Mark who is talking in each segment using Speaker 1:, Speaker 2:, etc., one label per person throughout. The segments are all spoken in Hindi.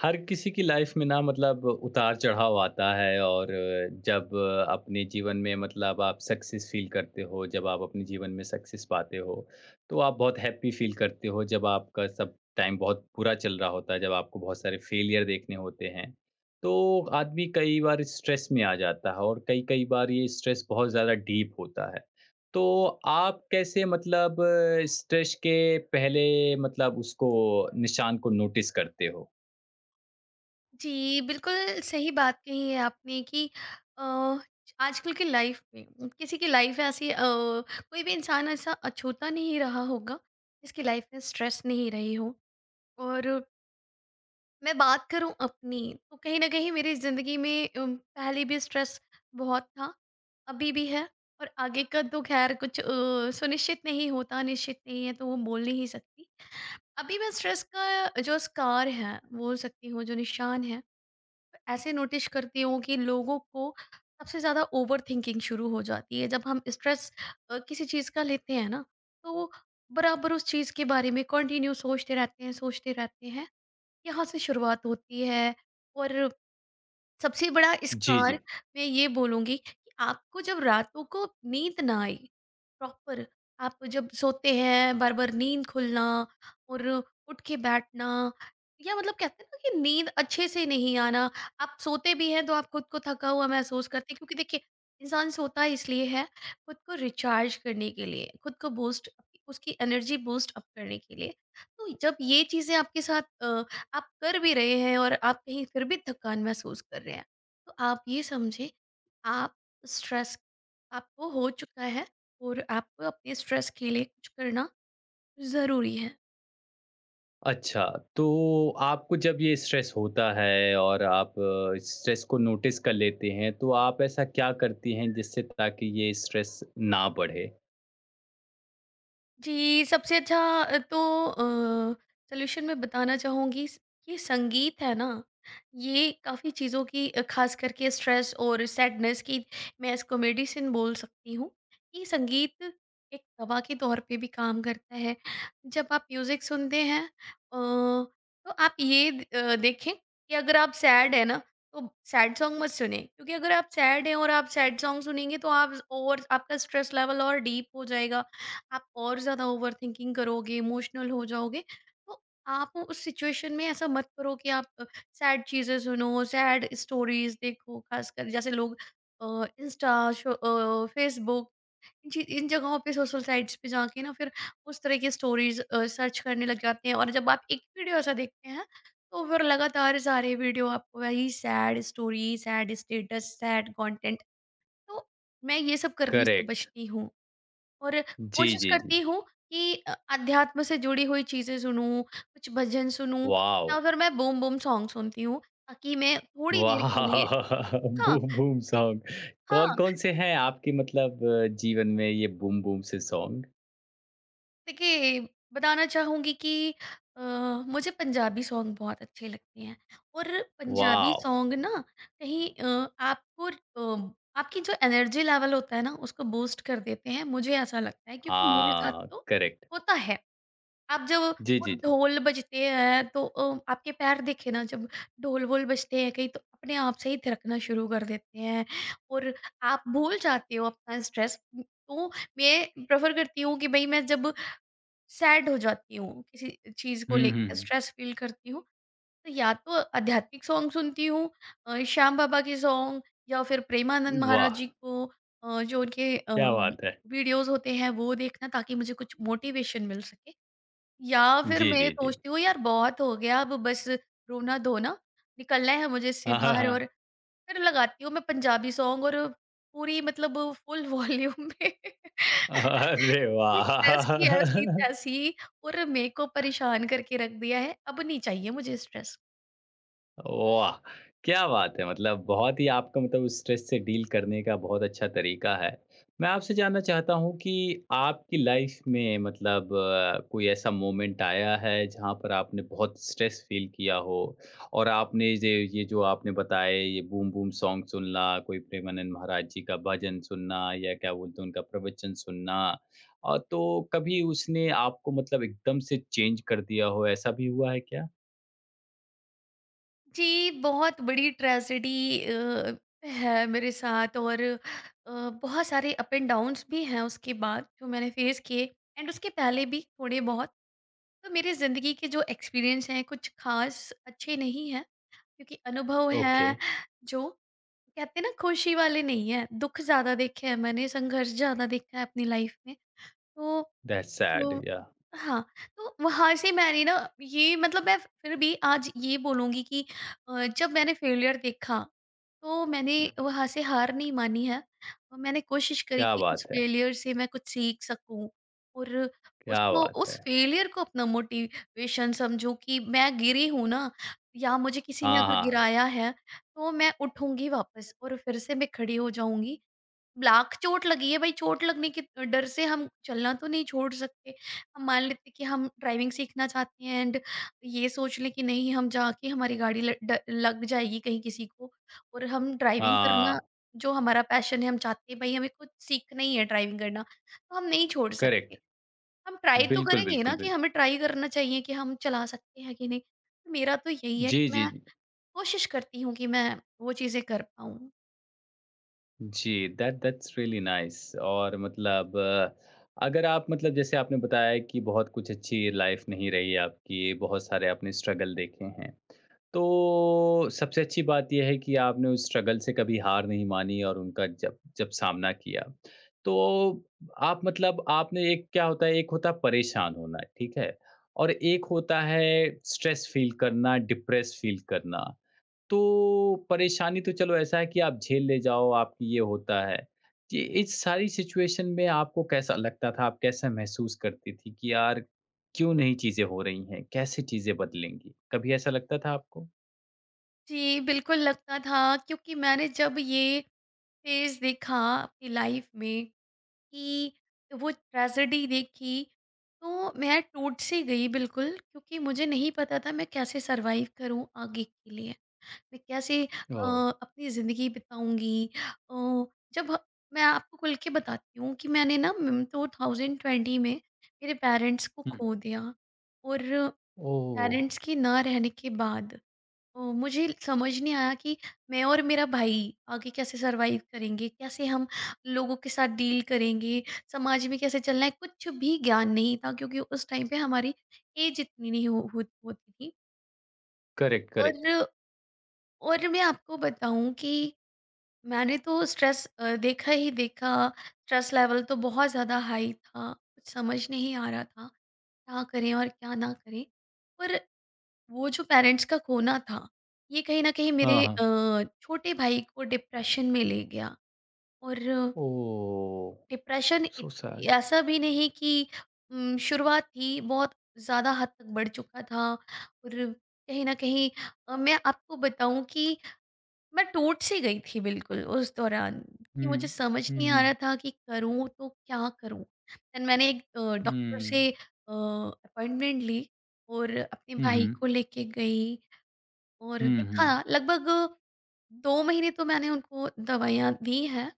Speaker 1: हर किसी की लाइफ में ना मतलब उतार चढ़ाव आता है। और जब अपने जीवन में मतलब आप सक्सेस फील करते हो, जब आप अपने जीवन में सक्सेस पाते हो, तो आप बहुत हैप्पी फील करते हो। जब आपका सब टाइम बहुत बुरा चल रहा होता है, जब आपको बहुत सारे फेलियर देखने होते हैं, तो आदमी कई बार स्ट्रेस में आ जाता है। और कई कई बार ये स्ट्रेस बहुत ज़्यादा डीप होता है। तो आप कैसे मतलब स्ट्रेस के पहले मतलब उसको निशान को नोटिस करते हो?
Speaker 2: जी, बिल्कुल सही बात कही है आपने कि अ, आजकल की लाइफ में किसी की लाइफ ऐसी कोई भी इंसान ऐसा अछूता नहीं रहा होगा जिसकी लाइफ में स्ट्रेस नहीं रही हो। और मैं बात करूं अपनी तो कहीं ना कहीं मेरी ज़िंदगी में पहले भी स्ट्रेस बहुत था, अभी भी है। और आगे का तो खैर कुछ सुनिश्चित नहीं होता, निश्चित नहीं है तो वो बोल नहीं सकती। अभी मैं स्ट्रेस का जो स्कार है बोल सकती हूँ, जो निशान है ऐसे नोटिस करती हूँ कि लोगों को सबसे ज़्यादा ओवरथिंकिंग शुरू हो जाती है। जब हम स्ट्रेस किसी चीज़ का लेते हैं ना, तो वो बराबर उस चीज़ के बारे में कंटिन्यू सोचते रहते हैं, सोचते रहते हैं। यहाँ से शुरुआत होती है। और सबसे बड़ा
Speaker 1: जी,
Speaker 2: स्कार
Speaker 1: जी।
Speaker 2: मैं ये बोलूँगी कि आपको जब रातों को नींद ना आए प्रॉपर, आप जब सोते हैं, बार-बार नींद खुलना और उठ के बैठना, या मतलब कहते हैं ना कि नींद अच्छे से नहीं आना, आप सोते भी हैं तो आप खुद को थका हुआ महसूस करते हैं क्योंकि देखिए, इंसान सोता इसलिए है खुद को रिचार्ज करने के लिए, खुद को बूस्ट, उसकी एनर्जी बूस्ट अप करने के लिए। तो जब ये चीज़ें आपके साथ आप कर भी रहे हैं और आप कहीं फिर भी थकान महसूस कर रहे हैं, तो आप ये समझें कि आप स्ट्रेस आपको हो चुका है और आपको अपने स्ट्रेस के लिए कुछ करना ज़रूरी है।
Speaker 1: अच्छा, तो आपको जब ये स्ट्रेस होता है और आप स्ट्रेस को नोटिस कर लेते हैं, तो आप ऐसा क्या करती हैं जिससे ताकि ये स्ट्रेस ना बढ़े?
Speaker 2: जी, सबसे अच्छा तो सॉल्यूशन मैं बताना चाहूँगी स, ये संगीत है ना, ये काफ़ी चीज़ों की ख़ास करके स्ट्रेस और सैडनेस की मैं इसको मेडिसिन बोल सकती हूँ, कि संगीत एक दवा के तौर पे भी काम करता है। जब आप म्यूज़िक सुनते हैं तो आप ये देखें कि अगर आप सैड हैं ना, तो सैड सॉन्ग मत सुनें, क्योंकि अगर आप सैड हैं और आप सैड सॉन्ग सुनेंगे तो आप और आपका स्ट्रेस लेवल और डीप हो जाएगा। आप और ज़्यादा ओवरथिंकिंग करोगे, इमोशनल हो जाओगे। तो आप उस सिचुएशन में ऐसा मत करो कि आप सैड चीज़ें सुनो, सैड स्टोरीज़ देखो, ख़ासकर जैसे लोग इंस्टा, शो फेसबुक, इन जगहों पे सोशल साइट्स पे जाके ना फिर उस तरह की स्टोरीज़ सर्च करने लग जाते हैं। और जब आप एक वीडियो ऐसा देखते हैं, तो फिर लगातार सारे वीडियो आपको वही sad story, sad status, sad content. तो मैं ये सब करने से
Speaker 1: करेक्ट।
Speaker 2: बचती हूँ। और
Speaker 1: जी,
Speaker 2: कोशिश
Speaker 1: जी, जी।
Speaker 2: करती हूँ कि अध्यात्म से जुड़ी हुई चीज़ें सुनूँ, कुछ भजन सुनूँ
Speaker 1: वॉव!
Speaker 2: या फिर मैं बूम बूम सॉन्ग सुनती हूँ ताकि मैं थोड़ी देर
Speaker 1: वाह!
Speaker 2: के लिए हाँ,
Speaker 1: बूम बूम
Speaker 2: दे
Speaker 1: सॉन्ग।
Speaker 2: हाँ,
Speaker 1: कौन-कौन से हैं आपके मतलब जीवन में ये बूम बूम से सॉन्ग?
Speaker 2: देखिए बताना चाहूँगी कि अ, मुझे पंजाबी सॉन्ग बहुत अच्छे लगते हैं। और पंजाबी
Speaker 1: वॉव!
Speaker 2: सॉन्ग ना कहीं आपको आपकी जो एनर्जी लेवल होता है ना उसको बूस्ट कर देते हैं, मुझे ऐसा लगता है क्योंकि मेरे साथ
Speaker 1: हाँ,
Speaker 2: तो
Speaker 1: करेक्ट।
Speaker 2: होता है। आप जब वो
Speaker 1: जी, जी, जी।
Speaker 2: ढोल बजते हैं तो आपके पैर देखिए ना जब ढोल-वोल बजते हैं कहीं तो अपने आप से ही थिरकना शुरू कर देते हैं। और आप भूल जाते हो अपना स्ट्रेस। तो मैं प्रेफ़र करती हूँ कि भई मैं जब सैड हो जाती हूँ किसी चीज़ को
Speaker 1: हुँ,
Speaker 2: लेके
Speaker 1: हुँ,
Speaker 2: स्ट्रेस फ़ील करती हूँ, तो या तो आध्यात्मिक सॉन्ग सुनती हूँ, श्याम बाबा के सॉन्ग, या फिर प्रेमानंद
Speaker 1: हुँ।
Speaker 2: महाराज
Speaker 1: वाह!
Speaker 2: जी को जो उनके
Speaker 1: क्या बात है।
Speaker 2: वीडियोज़ होते हैं वो देखना ताकि मुझे कुछ मोटिवेशन मिल सके। या फिर
Speaker 1: जी,
Speaker 2: मैं
Speaker 1: जी, जी।
Speaker 2: सोचती हूँ यार बहुत हो गया, अब बस रोना-धोना, निकलना है मुझे इससे
Speaker 1: हाँ, हाँ,
Speaker 2: बाहर। और
Speaker 1: हाँ।
Speaker 2: फिर लगाती हूँ मैं पंजाबी सॉन्ग और पूरी मतलब फुल वॉल्यूम में
Speaker 1: あれ
Speaker 2: कि स्ट्रेस की
Speaker 1: は。
Speaker 2: ऐसी-तैसी, और मेरे को परेशान करके रख दिया है, अब नहीं चाहिए मुझे स्ट्रेस।
Speaker 1: वाह! क्या बात है! मतलब बहुत ही आपका मतलब उस स्ट्रेस से डील करने का बहुत अच्छा तरीका है। मैं आपसे जानना चाहता हूँ कि आपकी लाइफ़ में मतलब कोई ऐसा मोमेंट आया है जहाँ पर आपने बहुत स्ट्रेस फ़ील किया हो और आपने जे ये जो आपने बताए, ये बूम बूम सॉन्ग सुनना, कोई प्रेमानंद महाराज जी का भजन सुनना या क्या बोलते हैं उनका प्रवचन सुनना, तो कभी उसने आपको मतलब एकदम से चेंज कर दिया हो, ऐसा भी हुआ है क्या?
Speaker 2: जी, बहुत बड़ी ट्रेजेडी है मेरे साथ और बहुत सारे अप एंड डाउन्स भी हैं उसके बाद जो मैंने फेस किए, एंड उसके पहले भी थोड़े बहुत। तो मेरे ज़िंदगी के जो एक्सपीरियंस हैं कुछ ख़ास अच्छे नहीं हैं क्योंकि अनुभव
Speaker 1: ओके।
Speaker 2: हैं जो कहते हैं ना खुशी वाले नहीं हैं। दुःख ज़्यादा देखे हैं मैंने, संघर्ष ज़्यादा देखा है अपनी लाइफ में। तो
Speaker 1: दैट्स सैड
Speaker 2: तो
Speaker 1: या।
Speaker 2: हाँ, तो वहाँ से मैंने ना ये मतलब मैं फिर भी आज ये बोलूँगी कि जब मैंने फेलियर देखा, तो मैंने वहाँ से हार नहीं मानी है और मैंने कोशिश करी
Speaker 1: क्या
Speaker 2: कि उस
Speaker 1: बात है!
Speaker 2: फेलियर से मैं कुछ सीख सकूँ। और
Speaker 1: क्या
Speaker 2: उसको
Speaker 1: बात
Speaker 2: उस
Speaker 1: है!
Speaker 2: फेलियर को अपना मोटिवेशन समझूँ कि मैं गिरी हूँ ना, या मुझे किसी ने
Speaker 1: हाँ,
Speaker 2: अगर
Speaker 1: हाँ।
Speaker 2: गिराया है, तो मैं उठूँगी वापस और फिर से मैं खड़ी हो जाऊँगी। ब्लाक चोट लगी है, भाई चोट लगने के डर से हम चलना तो नहीं छोड़ सकते। हम मान लेते हैं कि हम ड्राइविंग सीखना चाहते हैं एंड ये सोच लें कि नहीं हम जाके हमारी गाड़ी ल ड लग जाएगी कहीं किसी को और हम ड्राइविंग करना
Speaker 1: हाँ,
Speaker 2: जो हमारा पैशन है, हम चाहते हैं भाई हमें खुद सीखना ही है ड्राइविंग करना, तो हम नहीं छोड़
Speaker 1: करेक्ट।
Speaker 2: सकते। हम ट्राई तो
Speaker 1: बिल्कुल,
Speaker 2: करेंगे ना
Speaker 1: बिल्कुल,
Speaker 2: कि
Speaker 1: बिल
Speaker 2: हमें ट्राई करना चाहिए कि हम चला सकते हैं कि नहीं। मेरा तो यही है
Speaker 1: जी,
Speaker 2: कि
Speaker 1: जी,
Speaker 2: मैं
Speaker 1: जी।
Speaker 2: कोशिश करती हूँ कि मैं वो चीज़ें कर पाऊँ।
Speaker 1: जी, दैट दैट्स रियली नाइस। और मतलब अगर आप मतलब जैसे आपने बताया कि बहुत कुछ अच्छी लाइफ़ नहीं रही आपकी, बहुत सारे आपने स्ट्रगल देखे हैं। तो सबसे अच्छी बात ये है कि आपने उस स्ट्रगल से कभी हार नहीं मानी और उनका जब जब सामना किया। तो आप मतलब आपने एक, क्या होता है, एक होता है परेशान होना, ठीक है? और एक होता है स्ट्रेस फ़ील करना, डिप्रेस फ़ील करना। तो परेशानी तो चलो ऐसा है कि आप झेल ले जाओ, आपकी ये होता है। ये इस सारी सिचुएशन में आपको कैसा लगता था? आप कैसा महसूस करती थी कि यार क्यों नहीं चीज़ें हो रही हैं? कैसे चीज़ें बदलेंगी? कभी ऐसा लगता था आपको?
Speaker 2: जी, बिल्कुल लगता था क्योंकि मैंने जब ये फेज़ देखा अपनी लाइफ में कि वो ट्रेजेडी देखी, तो मैं टूट-सी गई बिल्कुल क्योंकि मुझे नहीं पता था मैं कैसे सर्वाइव करूँ आगे के लिए। मैं कैसे
Speaker 1: ओह!
Speaker 2: अपनी ज़िंदगी बिताऊँगी अ, जब ह- मैं आपको खुल के बताती हूँ कि मैंने ना 2020 में मेरे पेरेंट्स को
Speaker 1: Hmm.
Speaker 2: खो दिया। और
Speaker 1: Oh,
Speaker 2: पेरेंट्स के ना रहने के बाद ओ, मुझे समझ नहीं आया कि मैं और मेरा भाई आगे कैसे सरवाइव करेंगे, कैसे हम लोगों के साथ डील करेंगे, समाज में कैसे चलना है, कुछ भी ज्ञान नहीं था क्योंकि उस टाइम पे हमारी एज इतनी नहीं होती थी।
Speaker 1: correct, correct.
Speaker 2: और और मैं आपको बताऊं कि मैंने तो स्ट्रेस देखा ही देखा, स्ट्रेस लेवल तो बहुत ज़्यादा हाई था, कुछ समझ नहीं आ रहा था क्या करें और क्या ना करें। पर वो जो पेरेंट्स का खोना था, ये कहीं न कहीं
Speaker 1: हाँ,
Speaker 2: मेरे
Speaker 1: हाँ.
Speaker 2: छोटे भाई को डिप्रेशन में ले गया। और
Speaker 1: Oh,
Speaker 2: depression it
Speaker 1: so sad.
Speaker 2: ऐसा भी नहीं कि शुरुआत थी, बहुत ज़्यादा हद तक बढ़ चुका था। और कहीं न कहीं मैं आपको बताऊँ कि मैं टूट-सी गई थी बिल्कुल उस दौरान कि
Speaker 1: हुँ.
Speaker 2: मुझे समझ
Speaker 1: हुँ,
Speaker 2: नहीं आ
Speaker 1: हुँ.
Speaker 2: रहा था कि करूँ तो क्या करूँ? देन मैंने एक डॉक्टर
Speaker 1: हुँ.
Speaker 2: से अपॉइंटमेंट ली और अपने
Speaker 1: हुँ,
Speaker 2: भाई
Speaker 1: हुँ.
Speaker 2: को लेके गई। और
Speaker 1: हुँ,
Speaker 2: देखा
Speaker 1: हुँ.
Speaker 2: लगभग 2 महीने तो मैंने उनको दवाइयाँ दी हैं,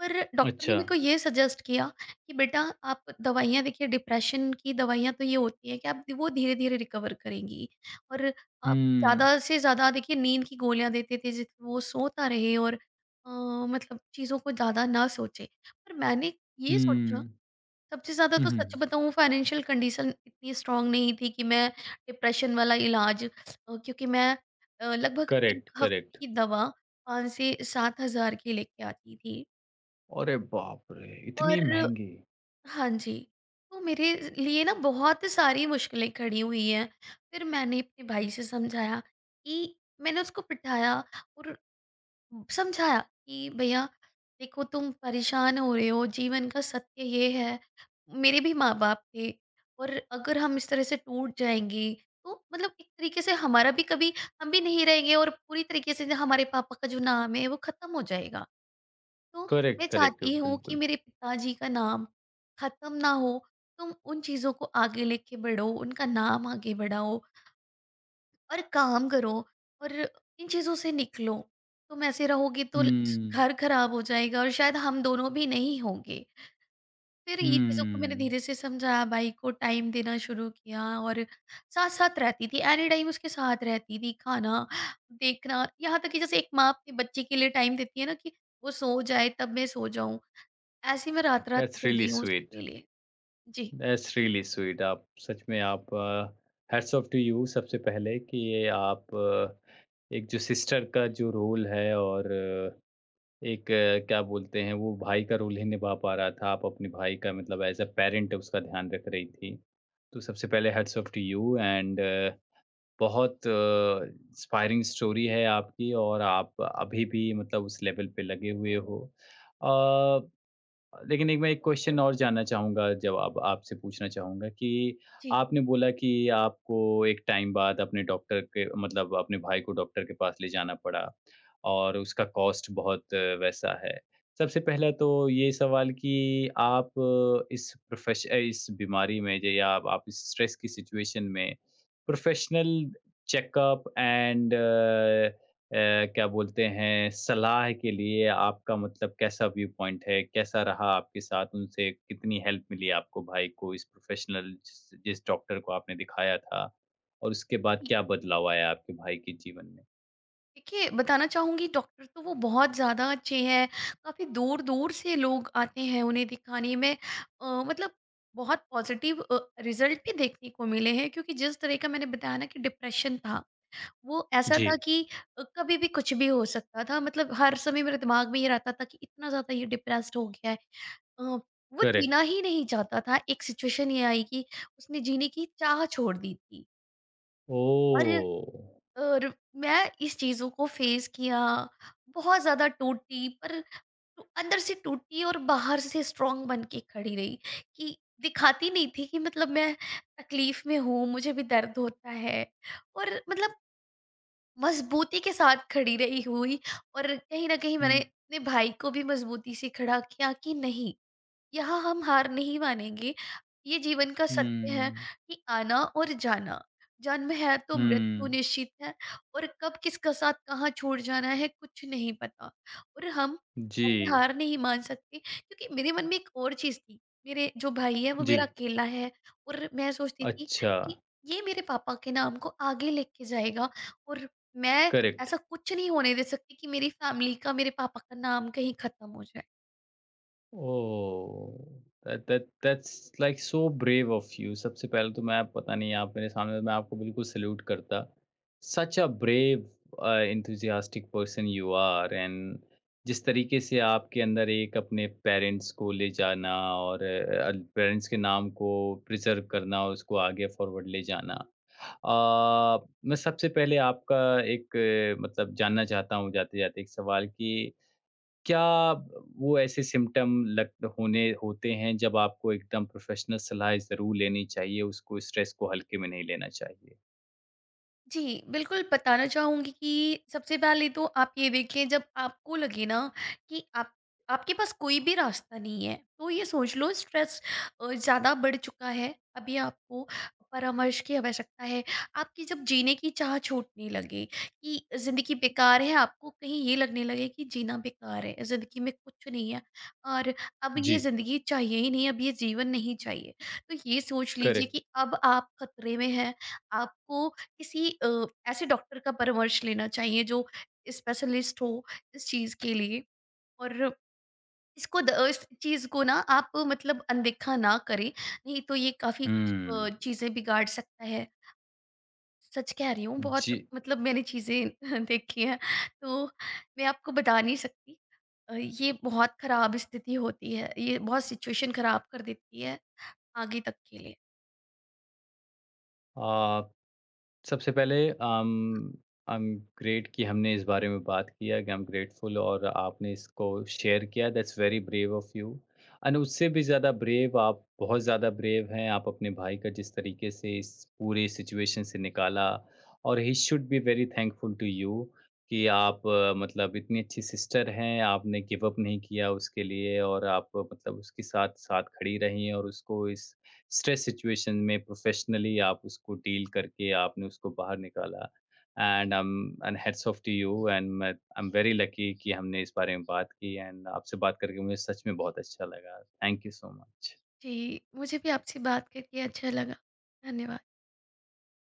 Speaker 2: पर डॉक्टर ने
Speaker 1: अच्छा.
Speaker 2: मेरे को ये सजेस्ट किया कि बेटा आप दवाइयाँ देखिए डिप्रेशन की दवाइयाँ तो ये होती हैं कि आप वो धीरे-धीरे रिकवर करेंगी। और आप
Speaker 1: हुँ.
Speaker 2: ज़्यादा से ज़्यादा देखिए नींद की गोलियाँ देते थे जिससे वो सोता रहे और मतलब चीज़ों को ज़्यादा ना सोचे। पर मैंने ये सोचा
Speaker 1: हुँ.
Speaker 2: सबसे ज़्यादा
Speaker 1: हुँ,
Speaker 2: तो सच
Speaker 1: हुँ.
Speaker 2: बताऊँ फाइनेंशियल कंडीशन इतनी स्ट्रॉन्ग नहीं थी कि मैं डिप्रेशन वाला इलाज क्योंकि मैं लगभग
Speaker 1: करेक्ट,
Speaker 2: 1 हफ्ते
Speaker 1: करेक्ट.
Speaker 2: की दवा 5 से 7,000 की लेके आती थी।
Speaker 1: अरे बाप रे! इतनी
Speaker 2: और
Speaker 1: महँगी.
Speaker 2: हाँ जी, तो मेरे लिए ना बहुत सारी मुश्किलें खड़ी हुई हैं। फिर मैंने अपने भाई से समझाया कि मैंने उसको बिठाया और समझाया कि भैया देखो तुम परेशान हो रहे हो, जीवन का सत्य ये है, मेरे भी माँ बाप थे और अगर हम इस तरह से टूट जाएंगे तो मतलब एक तरीके से हमारा भी कभी हम भी नहीं रहेंगे और पूरी तरीके से हमारे पापा का जो नाम है वो खत्म हो जाएगा। तो
Speaker 1: करेक्ट,
Speaker 2: मैं
Speaker 1: करेक्ट.
Speaker 2: चाहती हूँ कि
Speaker 1: बिल्कुल.
Speaker 2: मेरे पिताजी का नाम खत्म ना हो, तुम उन चीज़ों को आगे लेके बढ़ो, उनका नाम आगे बढ़ाओ और काम करो और इन चीज़ों से निकलो। तुम ऐसे रहोगी तो ल
Speaker 1: हुँ.
Speaker 2: घर खराब हो जाएगा और शायद हम दोनों भी नहीं होंगे। फिर ये चीज़ों को मैंने
Speaker 1: हुँ.
Speaker 2: धीरे से समझाया, भाई को टाइम देना शुरू किया और साथ-साथ रहती थी, एनी टाइम उसके साथ रहती थी, खाना, देखना, यहाँ तक कि जैसे एक माँ अपने बच्चे के लिए टाइम देती है ना कि वो सो जाए तब मैं सो जाऊँ, ऐसे ही मैं रात-रात
Speaker 1: दैट्स रियली
Speaker 2: जगी हूँ
Speaker 1: स्वीट.
Speaker 2: उसके लिए। जी,
Speaker 1: दैट्स रियली स्वीट. आप सच में, आप हैट्स ऑफ टू यू सबसे पहले कि ये आप एक जो सिस्टर का जो रोल है और एक क्या बोलते हैं, वो भाई का रोल ही निभा पा रहा था। आप अपने भाई का मतलब एज़ अ पैरेंट उसका ध्यान रख रही थी। तो सबसे पहले hats off to you and बहुत इंस्पायरिंग स्टोरी है आपकी, और आप अभी भी मतलब उस लेवल पे लगे हुए हो। अ, लेकिन एक, मैं एक क्वेश्चन और जानना चाहूँगा, जवाब आपसे पूछना चाहूँगा कि
Speaker 2: जी।
Speaker 1: आपने बोला कि आपको एक टाइम बाद अपने डॉक्टर के मतलब अपने भाई को डॉक्टर के पास ले जाना पड़ा और उसका कॉस्ट बहुत वैसा है। सबसे पहला तो ये सवाल कि आप इस इस बीमारी में जे या आप इस स्ट्रेस की सिचुएशन में प्रोफेशनल चेकअप एंड अ, क्या बोलते हैं, सलाह के लिए आपका मतलब कैसा व्यू पॉइंट है? कैसा रहा आपके साथ उनसे? कितनी हेल्प मिली आपको, भाई को, इस प्रोफ़ेशनल जिस जिस डॉक्टर को आपने दिखाया था? और उसके बाद क्या बदलाव आया आपके भाई के जीवन में?
Speaker 2: देखिए, बताना चाहूँगी डॉक्टर तो वो बहुत ज़्यादा अच्छे हैं, काफ़ी दूर-दूर से लोग आते हैं उन्हें दिखाने में। मतलब बहुत पॉज़िटिव रिज़ल्ट भी देखने को मिले हैं क्योंकि जिस तरह का मैंने बताया ना कि डिप्रेशन था, वो ऐसा
Speaker 1: जी,
Speaker 2: था कि कभी भी कुछ भी हो सकता था। मतलब हर समय मेरे दिमाग में ये रहता था कि इतना ज़्यादा ये डिप्रेस्ड हो गया है। अ, वो जीना
Speaker 1: करेक्ट।
Speaker 2: ही नहीं चाहता था। एक सिचुएशन ये आई कि उसने जीने की चाह छोड़ दी थी। और
Speaker 1: ओह!
Speaker 2: और मैं इस चीज़ों को फेस किया, बहुत ज़्यादा टूटी पर तो अंदर से टूटी और बाहर से स्ट्रॉन्ग बन के खड़ी रही कि दिखाती नहीं थी कि मतलब मैं तकलीफ़ में हूँ, मुझे भी दर्द होता है और मतलब मज़बूती के साथ खड़ी रही हुई। और कहीं न कहीं
Speaker 1: हुँ,
Speaker 2: मैंने अपने भाई को भी मज़बूती से खड़ा किया कि नहीं यहाँ हम हार नहीं मानेंगे। ये जीवन का सत्य है
Speaker 1: हुँ,
Speaker 2: कि आना और जाना, जन्म है तो मृत्यु
Speaker 1: हुँ।
Speaker 2: निश्चित है और कब किसका साथ कहाँ छूट जाना है कुछ नहीं पता और हम
Speaker 1: जी,
Speaker 2: ऐसे हार नहीं मान सकते क्योंकि मेरे मन में एक और चीज़ थी, मेरे जो भाई है वो
Speaker 1: जी।
Speaker 2: मेरा अकेला है और मैं सोचती थी
Speaker 1: अच्छा,
Speaker 2: कि ये मेरे पापा के नाम को आगे लेके जाएगा और मैं
Speaker 1: करेक्ट।
Speaker 2: ऐसा कुछ नहीं होने दे सकती कि मेरी फैमिली का, मेरे पापा का नाम कहीं खत्म हो जाए।
Speaker 1: Oh! That that that's like so brave of you. सबसे पहले तो मैं आप, पता नहीं, आप मेरे सामने, मैं आपको बिल्कुल सैल्यूट करता। सच a brave enthusiastic person you are and जिस तरीके से आपके अंदर एक अपने पेरेंट्स को ले जाना और पेरेंट्स के नाम को प्रिज़र्व करना और उसको आगे फॉरवर्ड ले जाना। मैं सबसे पहले आपका एक मतलब जानना चाहता हूँ जाते-जाते एक सवाल कि क्या वो ऐसे सिम्पटम लग होने होते हैं जब आपको एकदम प्रोफेशनल सलाह ज़रूर लेनी चाहिए, उसको स्ट्रेस को हल्के में नहीं लेना चाहिए?
Speaker 2: जी, बिल्कुल बताना चाहूँगी कि सबसे पहले तो आप ये देखिए जब आपको लगे ना कि आप आपके पास कोई भी रास्ता नहीं है, तो ये सोच लो स्ट्रेस ज़्यादा बढ़ चुका है, अभी आपको परामर्श की आवश्यकता है। आपकी जब जीने की चाह छूटने लगे कि ज़िंदगी बेकार है, आपको कहीं ये लगने लगे कि जीना बेकार है, ज़िंदगी में कुछ नहीं है और अब ये
Speaker 1: जी,
Speaker 2: ज़िंदगी चाहिए ही नहीं, अब ये जीवन नहीं चाहिए। तो ये सोच लीजिए
Speaker 1: करेक्ट।
Speaker 2: कि अब आप खतरे में हैं, आपको किसी ऐसे डॉक्टर का परामर्श लेना चाहिए जो स्पेशलिस्ट हो इस चीज़ के लिए और इसको द इस चीज़ को ना आप मतलब अनदेखा ना करें, नहीं तो ये काफ़ी कुछ
Speaker 1: हुँ,
Speaker 2: चीज़ें बिगाड़ सकता है। सच कह रही हूँ, बहुत
Speaker 1: जी।
Speaker 2: मतलब मैंने चीज़ें देखी हैं, तो मैं आपको बता नहीं सकती। ये बहुत ख़राब स्थिति होती है, ये बहुत सिचुएशन ख़राब कर देती है आगे तक के लिए।
Speaker 1: अ, सबसे पहले I'm great कि हमने इस बारे में बात किया, कि I'm grateful और आपने इसको शेयर किया। That's very brave of you and उससे भी ज़्यादा ब्रेव, आप बहुत ज़्यादा ब्रेव हैं। आप अपने भाई का जिस तरीके से इस पूरे सिचुएशन से निकाला और he should be very thankful to you कि आप अ, मतलब इतनी अच्छी सिस्टर हैं आपने गिव अप नहीं किया उसके लिए और आप अ, मतलब उसके साथ साथ खड़ी रही और उसको इस स्ट्रेस सिचुएशन में प्रोफेशनली आप उसको डील करके आपने उसको बाहर निकाला and and heads off to you and मैं आई एम वेरी लकी कि हमने इस बारे में बात की। एंड आपसे बात करके मुझे सच में बहुत अच्छा लगा। Thank you so much.
Speaker 2: जी, मुझे भी आपसे बात करके अच्छा लगा। धन्यवाद।